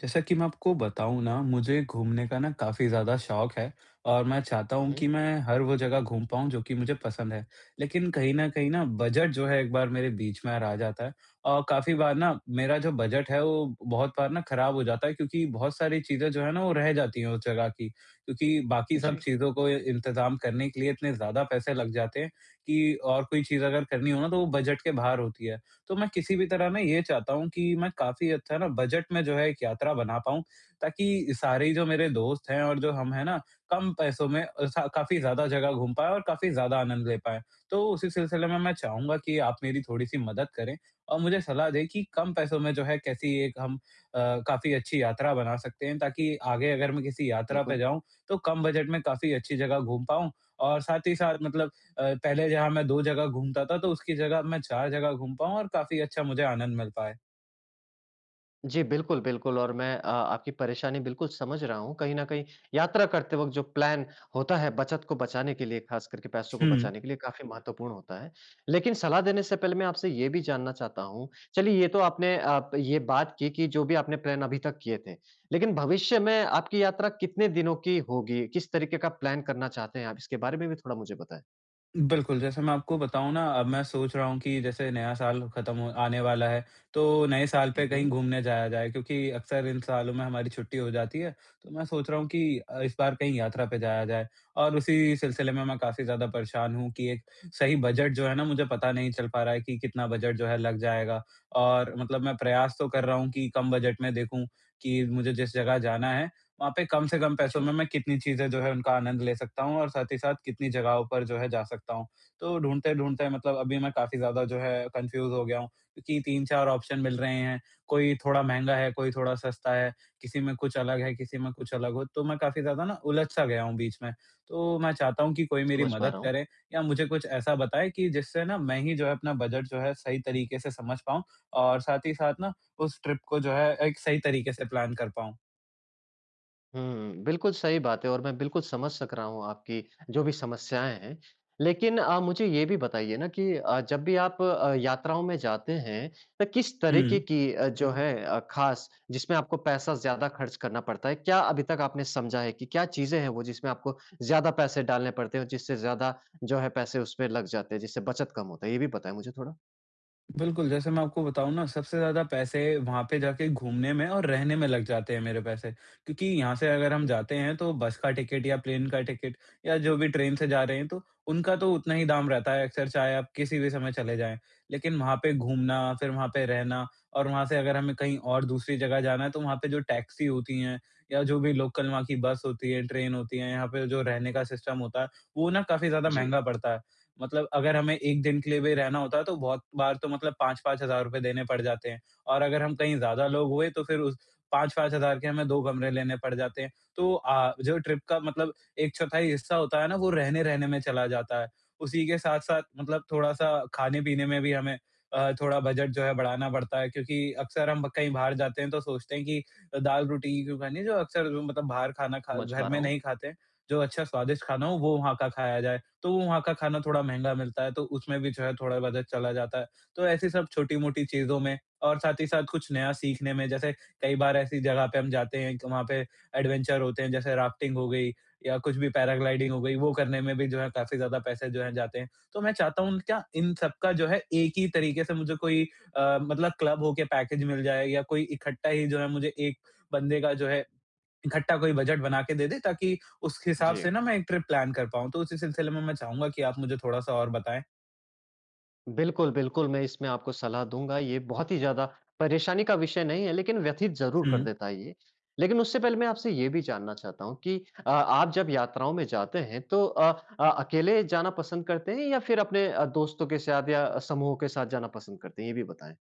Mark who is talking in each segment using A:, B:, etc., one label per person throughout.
A: जैसा कि मैं आपको बताऊँ ना, मुझे घूमने का ना काफ़ी ज़्यादा शौक है और मैं चाहता हूँ
B: हुँ।
A: कि मैं हर वो जगह घूम पाऊँ जो कि मुझे पसंद है। लेकिन कहीं न कहीं ना बजट जो है एक बार मेरे बीच में आ जाता है और काफ़ी बार ना मेरा जो बजट है वो बहुत बार ना खराब हो जाता है, क्योंकि बहुत सारी चीज़ें जो है ना वो रह जाती हैं उस जगह की। क्योंकि बाकी सब
B: जी,
A: चीज़ों को इंतज़ाम करने के लिए इतने ज़्यादा पैसे लग जाते हैं कि और कोई चीज़ अगर करनी हो ना तो वो बजट के बाहर होती है। तो मैं किसी भी तरह ना ये चाहता हूँ कि मैं काफ़ी अच्छा ना बजट में जो है एक यात्रा बना पाऊँ, ताकि सारे जो मेरे दोस्त हैं और जो हम हैं ना, कम पैसों में सा काफ़ी ज़्यादा जगह घूम पाएँ और काफ़ी ज़्यादा आनंद ले पाएँ। तो उसी सिलसिले में मैं चाहूँगा कि आप मेरी थोड़ी-सी मदद करें और मुझे सलाह दें कि कम पैसों में जो है कैसी एक हम अ, काफ़ी अच्छी यात्रा बना सकते हैं, ताकि आगे अगर मैं किसी यात्रा पे
B: बिल्कुल।
A: जाऊँ, तो कम बजट में काफ़ी अच्छी जगह घूम पाऊँ और साथ ही साथ मतलब पहले जहाँ मैं 2 जगह घूमता था, तो उसकी जगह अब मैं 4 जगह घूम पाऊँ और काफ़ी अच्छा मुझे आनंद मिल पाए।
B: जी, बिल्कुल, बिल्कुल और मैं आपकी परेशानी बिल्कुल समझ रहा हूँ। कहीं न कहीं यात्रा करते वक़्त जो प्लान होता है बचत को बचाने के लिए, ख़ास करके पैसों को
A: हुँ।
B: बचाने के लिए काफ़ी महत्वपूर्ण होता है। लेकिन सलाह देने से पहले मैं आपसे ये भी जानना चाहता हूँ, चलिए ये तो आपने आप ये बात की कि जो भी आपने प्लान अभी तक किए थे। लेकिन भविष्य में आपकी यात्रा कितने दिनों की होगी? किस तरीके का प्लान करना चाहते हैं आप? इसके बारे में भी थोड़ा मुझे बताएँ।
A: बिल्कुल, जैसे मैं आपको बताऊँ ना, अब मैं सोच रहा हूँ कि जैसे नया साल खत्म हो आने वाला है, तो नए साल
B: हुँ,
A: पे कहीं
B: हुँ।
A: घूमने जाया जाए, क्योंकि अक्सर इन सालों में हमारी छुट्टी हो जाती है। तो मैं सोच रहा हूँ कि इस बार कहीं यात्रा पे जाया जाए और उसी सिलसिले में मैं काफ़ी ज़्यादा परेशान हूँ कि एक सही बजट जो है ना, मुझे पता नहीं चल पा रहा है कि कितना बजट जो है लग जाएगा। और मतलब मैं प्रयास तो कर रहा हूँ कि कम बजट में देखूँ कि मुझे जिस जगह जाना है वहाँ पे कम से कम पैसों में
B: जी,
A: मैं कितनी चीज़ें जो है उनका आनंद ले सकता हूँ और साथ ही साथ कितनी जगहों पर जो है जा सकता हूँ। तो ढूँढते-ढूँढते मतलब अभी मैं काफ़ी ज़्यादा जो है कन्फ्यूज़ हो गया हूँ, क्योंकि 3-4 ऑप्शन मिल रहे हैं, कोई थोड़ा महँगा है, कोई थोड़ा सस्ता है, किसी में कुछ अलग है, किसी में कुछ अलग हो, तो मैं काफ़ी ज़्यादा ना उलझ-सा गया हूँ बीच में। तो मैं चाहता हूँ कि कोई मेरी
B: समझ पा
A: मदद
B: रहा हूँ।
A: करे या मुझे कुछ ऐसा बताए कि जिससे ना मैं ही जो है अपना बजट जो है सही तरीके से समझ पाऊँ और साथ ही साथ ना उस ट्रिप को जो है एक सही तरीके से प्लान कर पाऊँ।
B: हुँ, बिल्कुल सही बात है और मैं बिल्कुल समझ सक रहा हूँ आपकी जो भी समस्याएँ हैं। लेकिन मुझे ये भी बताइए ना कि जब भी आप यात्राओं में जाते हैं, तो किस तरीके
A: हुँ।
B: की जो है ख़ास जिसमें आपको पैसा ज़्यादा खर्च करना पड़ता है? क्या अभी तक आपने समझा है कि क्या चीज़ें हैं वो जिसमें आपको ज़्यादा पैसे डालने पड़ते हैं और जिससे ज़्यादा जो है पैसे उसमें लग जाते हैं, जिससे बचत कम होता है? ये भी बताएँ मुझे थोड़ा।
A: बिल्कुल, जैसे मैं आपको बताऊँ ना, सबसे ज़्यादा पैसे वहाँ पे जाके घूमने में और रहने में लग जाते हैं मेरे पैसे। क्योंकि यहाँ से अगर हम
B: हुँ।
A: जाते हैं तो बस का टिकट या प्लेन का टिकट या जो भी ट्रेन से जा रहे हैं, तो उनका तो उतना ही दाम रहता है अक्सर, चाहे आप किसी भी समय चले जाएँ। लेकिन वहाँ पे घूमना, फिर वहाँ पे रहना और वहाँ से अगर हमें कहीं और दूसरी जगह जाना है तो वहाँ पे जो टैक्सी होती हैं या जो भी लोकल वहाँ की बस होती है, ट्रेन होती है, यहाँ पे जो रहने का सिस्टम होता है, वो ना काफ़ी ज़्यादा
B: जी,
A: महँगा पड़ता है। मतलब अगर हमें 1 दिन के लिए भी रहना होता है तो बहुत बार तो मतलब 5-5 हज़ार रुपए देने पड़ जाते हैं और अगर हम कहीं ज़्यादा लोग हुए तो फिर उस 5-5 हज़ार के हमें 2 कमरे लेने पड़ जाते हैं। तो जो ट्रिप का मतलब 1/4 हिस्सा होता है ना, वो रहने-रहने में चला जाता है। उसी के साथ-साथ मतलब थोड़ा-सा खाने-पीने में भी हमें थोड़ा बजट जो है बढ़ाना पड़ता है, क्योंकि अक्सर हम कहीं बाहर जाते हैं तो सोचते हैं कि दाल-रोटी ही क्यों खानी है, जो अक्सर जो मतलब बाहर खाना खा
B: समझ पा
A: घर
B: रहा
A: में
B: हूँ।
A: नहीं खाते हैं। जो अच्छा स्वादिष्ट खाना हो वो वहाँ का खाया जाए। तो वो वहाँ का खाना थोड़ा महँगा मिलता है, तो उसमें भी जो है थोड़ा बजट चला जाता है। तो ऐसी सब छोटी-मोटी चीज़ों में और साथ ही साथ कुछ नया सीखने में, जैसे कई बार ऐसी जगह पे हम जाते हैं कि वहाँ पे एडवेंचर होते हैं, जैसे राफ्टिंग हो गई या कुछ भी पैराग्लाइडिंग हो गई, वो करने में भी जो है काफ़ी ज़्यादा पैसे जो हैं जाते हैं। तो मैं चाहता हूँ क्या इन सब का जो है एक ही तरीके से मुझे कोई मतलब क्लब हो के पैकेज मिल जाए या कोई इकट्ठा ही जो है मुझे एक बंदे का जो है, इकट्ठा कोई बजट बना के दे दे, ताकि उस हिसाब
B: जी।
A: से ना मैं एक ट्रिप प्लान कर पाऊँ। तो उसी सिलसिले में मैं चाहूँगा कि आप मुझे थोड़ा-सा और बताएँ?
B: बिल्कुल, बिल्कुल, मैं इसमें आपको सलाह दूँगा, ये बहुत ही ज़्यादा परेशानी का विषय नहीं है, लेकिन व्यथित ज़रूर कर
A: हुँ।
B: देता है ये। लेकिन उससे पहले मैं आपसे ये भी जानना चाहता हूँ कि आप जब यात्राओं में जाते हैं, तो अकेले जाना पसंद करते हैं या फिर अपने दोस्तों के साथ या समूह के साथ जाना पसंद करते हैं? ये भी बताएँ।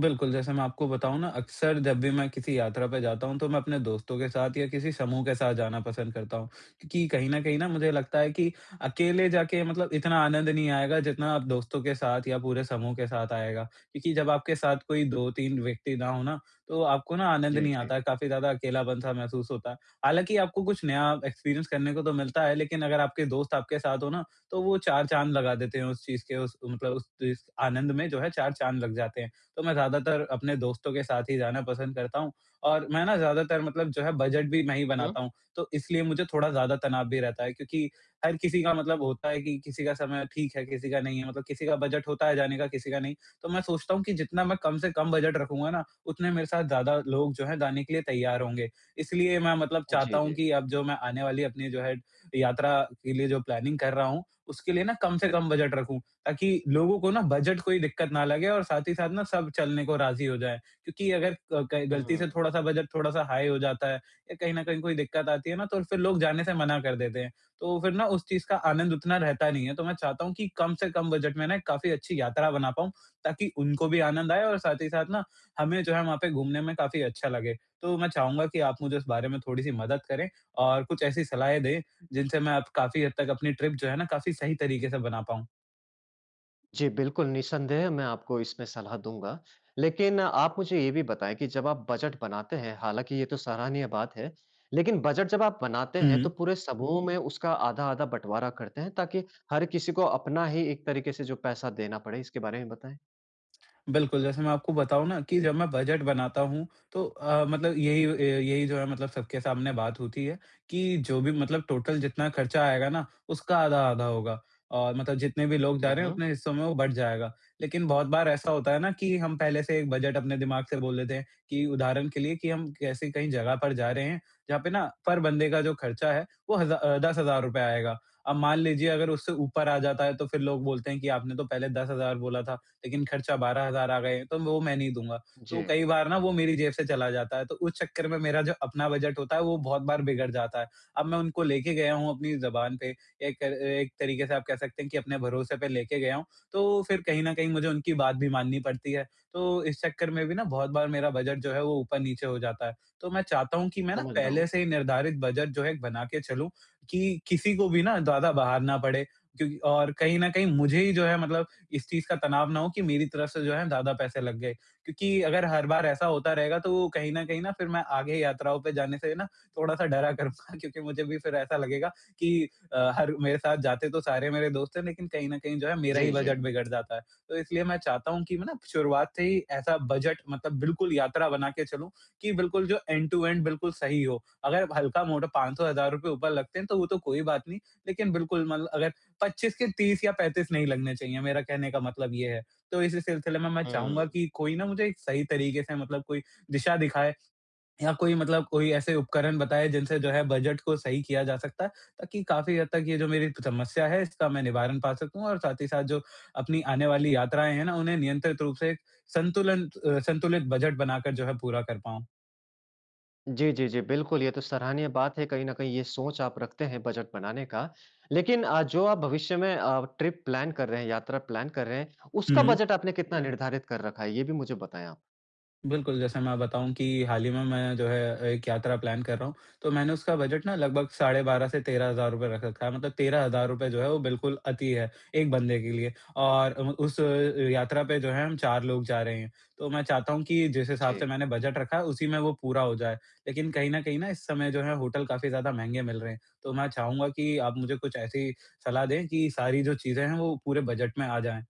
A: बिल्कुल, जैसे मैं आपको बताऊँ ना, अक्सर जब भी मैं किसी यात्रा पे जाता हूँ, तो मैं अपने दोस्तों के साथ या किसी समूह के साथ जाना पसंद करता हूँ। क्योंकि कहीं न कहीं ना मुझे लगता है कि अकेले जाके मतलब इतना आनंद नहीं आएगा, जितना आप दोस्तों के साथ या पूरे समूह के साथ आएगा। क्योंकि जब आपके साथ कोई 2-3 व्यक्ति ना हो ना, तो आपको ना आनंद
B: जी,
A: नहीं
B: जी।
A: आता है, काफ़ी ज़्यादा अकेलापन-सा महसूस होता है। हालाँकि आपको कुछ नया एक्सपीरियंस करने को तो मिलता है, लेकिन अगर आपके दोस्त आपके साथ हो ना, तो वो 4 चाँद लगा देते हैं उस चीज़ के, उस मतलब उस इस आनंद में जो है 4 चाँद लग जाते हैं। तो मैं ज़्यादातर अपने दोस्तों के साथ ही जाना पसंद करता हूँ और मैं ना ज़्यादातर मतलब जो है बजट भी मैं ही
B: हुँ,
A: बनाता हूँ, तो इसलिए मुझे थोड़ा ज़्यादा तनाव भी रहता है, क्योंकि हर किसी का मतलब होता है कि किसी का समय ठीक है, किसी का नहीं है, मतलब किसी का बजट होता है जाने का, किसी का नहीं। तो मैं सोचता हूँ कि जितना मैं कम से कम बजट रखूँगा ना, उतने मेरे साथ ज़्यादा लोग जो हैं जाने के लिए तैयार होंगे। इसलिए मैं मतलब
B: हुँ। जी,
A: चाहता हूँ
B: जी।
A: कि अब जो मैं आने वाली अपनी जो है यात्रा के लिए जो प्लानिंग कर रहा हूँ, उसके लिए ना कम से कम बजट रखूँ, ताकि लोगों को ना बजट कोई दिक्कत ना लगे और साथ ही साथ ना सब चलने को राज़ी हो जाएँ। क्योंकि अगर क क गलती से
B: हुँ।
A: थोड़ा-सा बजट थोड़ा-सा हाई हो जाता है या कहीं न कहीं कोई दिक्कत आती है ना तो फिर लोग जाने से मना कर देते हैं। तो फिर ना उस चीज़ का आनंद उतना रहता नहीं है। तो मैं चाहता हूँ कि कम से कम बजट में ना एक काफ़ी अच्छी यात्रा बना पाऊँ, ताकि उनको भी आनंद आए और साथ ही साथ ना हमें जो है वहाँ पे घूमने में काफ़ी अच्छा लगे। तो मैं चाहूँगा कि आप मुझे इस बारे में थोड़ी-सी मदद करें और कुछ ऐसी सलाहें दें जिनसे मैं अब काफ़ी हद तक अपनी ट्रिप जो है ना काफ़ी सही तरीके से बना पाऊँ।
B: जी, बिल्कुल, निसंदेह मैं आपको इसमें सलाह दूँगा। लेकिन आप मुझे ये भी बताएँ कि जब आप बजट बनाते हैं, हालाँकि ये तो सराहनीय बात है, लेकिन बजट जब आप बनाते
A: हुँ।
B: हैं तो पूरे समूह में उसका आधा-आधा बँटवारा करते हैं ताकि हर किसी को अपना ही एक तरीके से जो पैसा देना पड़े, इसके बारे में बताएँ?
A: बिल्कुल, जैसे मैं आपको बताऊँ ना कि जब मैं बजट बनाता हूँ, तो मतलब यही जो है मतलब सबके सामने बात होती है कि जो भी मतलब टोटल जितना खर्चा आएगा ना, उसका आधा-आधा होगा और मतलब जितने भी लोग जा
B: हुँ,
A: रहे हैं
B: हुँ।
A: उतने हिस्सों में वो बँट जाएगा। लेकिन बहुत बार ऐसा होता है ना कि हम पहले से एक बजट अपने दिमाग से बोल देते हैं कि उदाहरण के लिए कि हम कैसे कहीं जगह पर जा रहे हैं, जहाँ पे ना पर बंदे का जो खर्चा है वो ₹10,000 आएगा। अब मान लीजिए अगर उससे ऊपर आ जाता है तो फिर लोग बोलते हैं कि आपने तो पहले 10,000 बोला था, लेकिन खर्चा 12,000 आ गए, तो वो मैं नहीं दूँगा। तो
B: जी,
A: कई बार ना वो मेरी जेब से चला जाता है, तो उस चक्कर में मेरा जो अपना बजट होता है, वो बहुत बार बिगड़ जाता है। अब मैं उनको लेके गया हूँ अपनी ज़बान पे, एक एक तरीके से आप कह सकते हैं कि अपने भरोसे पे लेके गया हूँ, तो फिर कहीं न कहीं मुझे उनकी बात भी माननी पड़ती है। तो इस चक्कर में भी ना बहुत बार मेरा बजट जो है, वो ऊपर-नीचे हो जाता है। तो मैं चाहता हूँ कि मैं ना
B: समझ रहा
A: पहले
B: हूँ।
A: से ही निर्धारित बजट जो है, बना के चलूँ कि किसी को भी ना ज़्यादा बहार ना पड़े, क्योंकि और कहीं न कहीं मुझे ही जो है मतलब इस चीज़ का तनाव ना हो कि मेरी तरफ से जो है ज़्यादा पैसे लग गए। क्योंकि अगर हर बार ऐसा होता रहेगा तो कहीं न फिर मैं आगे यात्राओं पे जाने से ना थोड़ा-सा डरा करूँगा क्योंकि मुझे भी फिर ऐसा लगेगा कि हर मेरे साथ जाते तो सारे मेरे दोस्त हैं, लेकिन कहीं न कहीं जो है मेरा ही
B: जी, जी।
A: बजट बिगड़ जाता है। तो इसलिए मैं चाहता हूँ कि मैं ना शुरुआत से ही ऐसा बजट मतलब बिल्कुल यात्रा बना के चलूँ कि बिल्कुल जो एंड टू एंड बिल्कुल सही हो। अगर हल्का-मोटा ₹500 ₹1000 ऊपर लगते हैं तो वो तो कोई बात नहीं, लेकिन बिल्कुल मतलब अगर 25 के 30 या 35 नहीं लगने चाहिए, मेरा कहने का मतलब ये है। तो इसी सिलसिले में मैं चाहूँगा
B: हुँ।
A: कि कोई ना मुझे एक सही तरीके से मतलब कोई दिशा दिखाए या कोई मतलब कोई ऐसे उपकरण बताए जिनसे जो है बजट को सही किया जा सकता है, ताकि काफ़ी हद तक ये जो मेरी समस्या है इसका मैं निवारण पा सकूँ और साथ ही साथ जो अपनी आने वाली यात्राएँ हैं ना, उन्हें नियंत्रित रूप से एक संतुलित बजट बनाकर जो है पूरा कर पाऊँ।
B: जी, जी, जी। बिल्कुल, ये तो सराहनीय बात है कहीं न कहीं ये सोच आप रखते हैं बजट बनाने का। लेकिन जो आप भविष्य में ट्रिप प्लान कर रहे हैं, यात्रा प्लान कर रहे हैं, उसका
A: हुँ,
B: बजट आपने कितना निर्धारित कर रखा है? ये भी मुझे बताएँ आप।
A: बिल्कुल, जैसे मैं बताऊँ कि हाल ही में मैं जो है एक यात्रा प्लान कर रहा हूँ, तो मैंने उसका बजट ना लगभग साढ़े 12 से ₹13,000 रख रखा है। मतलब ₹13,000 जो है वो बिल्कुल अति है, एक बंदे के लिए, और यात्रा पे जो है हम 4 लोग जा रहे हैं। तो मैं चाहता हूँ कि जिस हिसाब से
B: जी।
A: मैंने बजट रखा है उसी में वो पूरा हो जाए। लेकिन कहीं न कहीं ना इस समय जो है होटल काफ़ी ज़्यादा महँगे मिल रहे हैं, तो मैं चाहूँगा कि आप मुझे कुछ ऐसी सलाह दें कि सारी जो चीज़ें हैं वो पूरे बजट में आ जाएँ।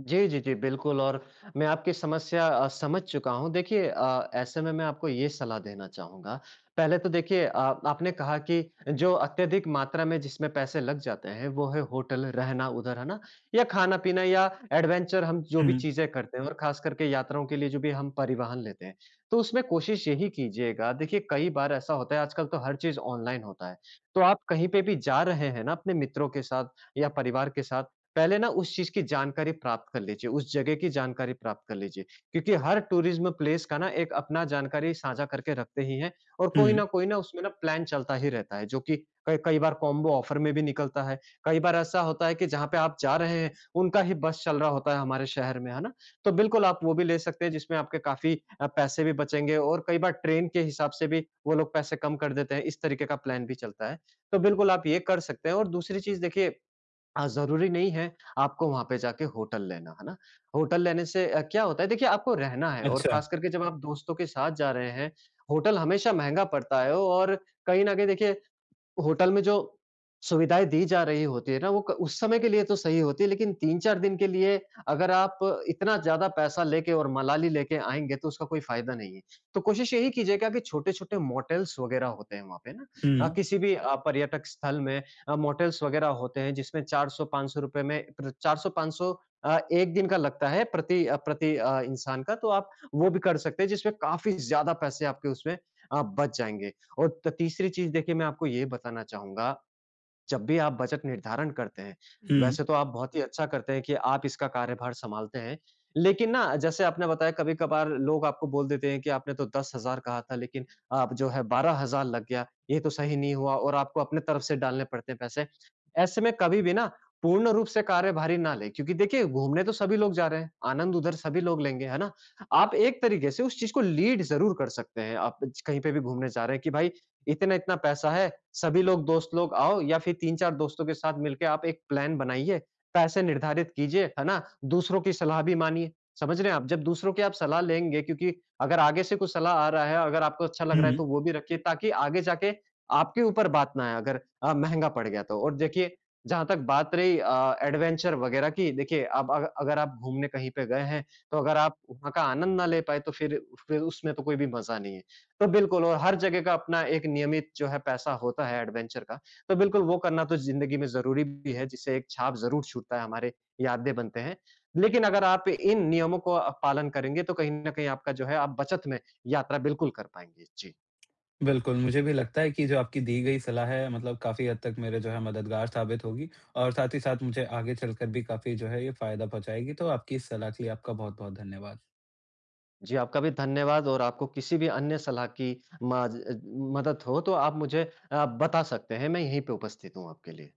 B: जी, जी, जी, बिल्कुल और मैं आपकी समस्या समझ चुका हूँ। देखिए ऐसे में मैं आपको ये सलाह देना चाहूँगा। पहले तो देखिए आपने कहा कि जो अत्यधिक मात्रा में जिसमें पैसे लग जाते हैं, वो है होटल, रहना उधर, है ना? या खाना-पीना या एडवेंचर हम जो भी
A: हुँ,
B: चीज़ें करते हैं और ख़ास करके यात्राओं के लिए जो भी हम परिवहन लेते हैं। तो उसमें कोशिश यही कीजिएगा देखिए कई बार ऐसा होता है आजकल तो हर चीज़ ऑनलाइन होता है। तो आप कहीं पे भी जा रहे हैं ना अपने मित्रों के साथ या परिवार के साथ, पहले ना उस चीज़ की जानकारी प्राप्त कर लीजिए, उस जगह की जानकारी प्राप्त कर लीजिए, क्योंकि हर टूरिज़्म प्लेस का ना एक अपना जानकारी साझा करके रखते ही हैं और कोई
A: हुँ,
B: न कोई ना उसमें ना प्लान चलता ही रहता है, जो कि कई कई बार कॉम्बो ऑफ़र में भी निकलता है। कई बार ऐसा होता है कि जहाँ पे आप जा रहे हैं, उनका ही बस चल रहा होता है हमारे शहर में, है ना? तो बिल्कुल आप वो भी ले सकते हैं जिसमें आपके काफ़ी पैसे भी बचेंगे और कई बार ट्रेन के हिसाब से भी वो लोग पैसे कम कर देते हैं, इस तरीके का प्लान भी चलता है। तो बिल्कुल आप ये कर सकते हैं और दूसरी चीज़ देखिए ज़रूरी नहीं है आपको वहाँ पे जाके होटल लेना, है ना? होटल लेने से क्या होता है देखिए आपको रहना है और
A: अच्छा।
B: ख़ास करके जब आप दोस्तों के साथ जा रहे हैं, होटल हमेशा महँगा पड़ता है और कहीं न कहीं देखिए होटल में जो सुविधाएँ दी जा रही होती है ना, वो क उस समय के लिए तो सही होती है, लेकिन 3-4 दिन के लिए अगर आप इतना ज़्यादा पैसा लेके और मलाली लेके आएँगे, तो उसका कोई फ़ायदा नहीं है। तो कोशिश यही कीजिएगा कि छोटे-छोटे मोटेल्स वगैरह होते हैं वहाँ पे ना
A: हुँ,
B: किसी भी पर्यटक स्थल में मोटेल्स वगैरह होते हैं, जिसमें 400-500 रुपए में प्र 400-500 1 दिन का लगता है प्रति इंसान का, तो आप वो भी कर सकते हैं, जिसमें काफ़ी ज़्यादा पैसे आपके उसमें बच जाएँगे। और त तीसरी चीज़ देखिए मैं आपको ये बताना चाहूँगा, जब भी आप बजट निर्धारण करते हैं,
A: हुँ,
B: वैसे तो आप बहुत ही अच्छा करते हैं कि आप इसका कार्यभार सँभालते हैं। लेकिन ना जैसे आपने बताया कभी-कभार लोग आपको बोल देते हैं कि आपने तो 10,000 कहा था लेकिन आप जो है 12,000 लग गया, ये तो सही नहीं हुआ और आपको अपने तरफ से डालने पड़ते हैं पैसे। ऐसे में कभी भी ना पूर्ण रूप से कार्यभारी ना लें क्योंकि देखिए घूमने तो सभी लोग जा रहे हैं, आनंद उधर सभी लोग लेंगे, है ना? आप एक तरीके से उस चीज़ को लीड ज़रूर कर सकते हैं, आप ज कहीं पे भी घूमने जा रहे हैं कि भाई इतना-इतना पैसा है, सभी लोग दोस्त लोग आओ या फिर 3-4 दोस्तों के साथ मिलके आप एक प्लान बनाइए, पैसे निर्धारित कीजिए, है ना? दूसरों की सलाह भी मानिए, समझ रहे हैं आप? जब दूसरों की आप सलाह लेंगे क्योंकि अगर आगे से कुछ सलाह आ रहा है, अगर आपको अच्छा लग रहा है तो
A: हुँ।
B: वो भी रखिए ताकि आगे जाके आपके ऊपर बात ना आए अगर महँगा पड़ गया तो। और देखिए, जहाँ तक बात रही एडवेंचर वगैरह की, देखिए अब अग अगर आप घूमने कहीं पे गए हैं, तो अगर आप वहाँ का आनंद ना ले पाए तो फिर उसमें तो कोई भी मज़ा नहीं है। तो बिल्कुल और हर जगह का अपना एक नियमित जो है पैसा होता है एडवेंचर का, तो बिल्कुल वो करना तो ज़िंदगी में ज़रूरी भी है, जिससे एक छाप ज़रूर छूटता है, हमारे यादें बनते हैं। लेकिन अगर आप इन नियमों को पालन करेंगे तो कहीं न कहीं आपका जो है आप बचत में यात्रा बिल्कुल कर पाएँगे। जी।
A: बिल्कुल, मुझे भी लगता है कि जो आपकी दी गई सलाह है मतलब काफ़ी हद तक मेरे जो है मददगार साबित होगी और साथ ही साथ मुझे आगे चलकर भी काफ़ी जो है ये फ़ायदा पहुँचाएगी। तो आपकी इस सलाह के लिए आपका बहुत-बहुत धन्यवाद।
B: जी, आपका भी धन्यवाद और आपको किसी भी अन्य सलाह की माज अ, मदद हो तो आप मुझे बता सकते हैं, मैं यहीं पे उपस्थित हूँ आपके लिए।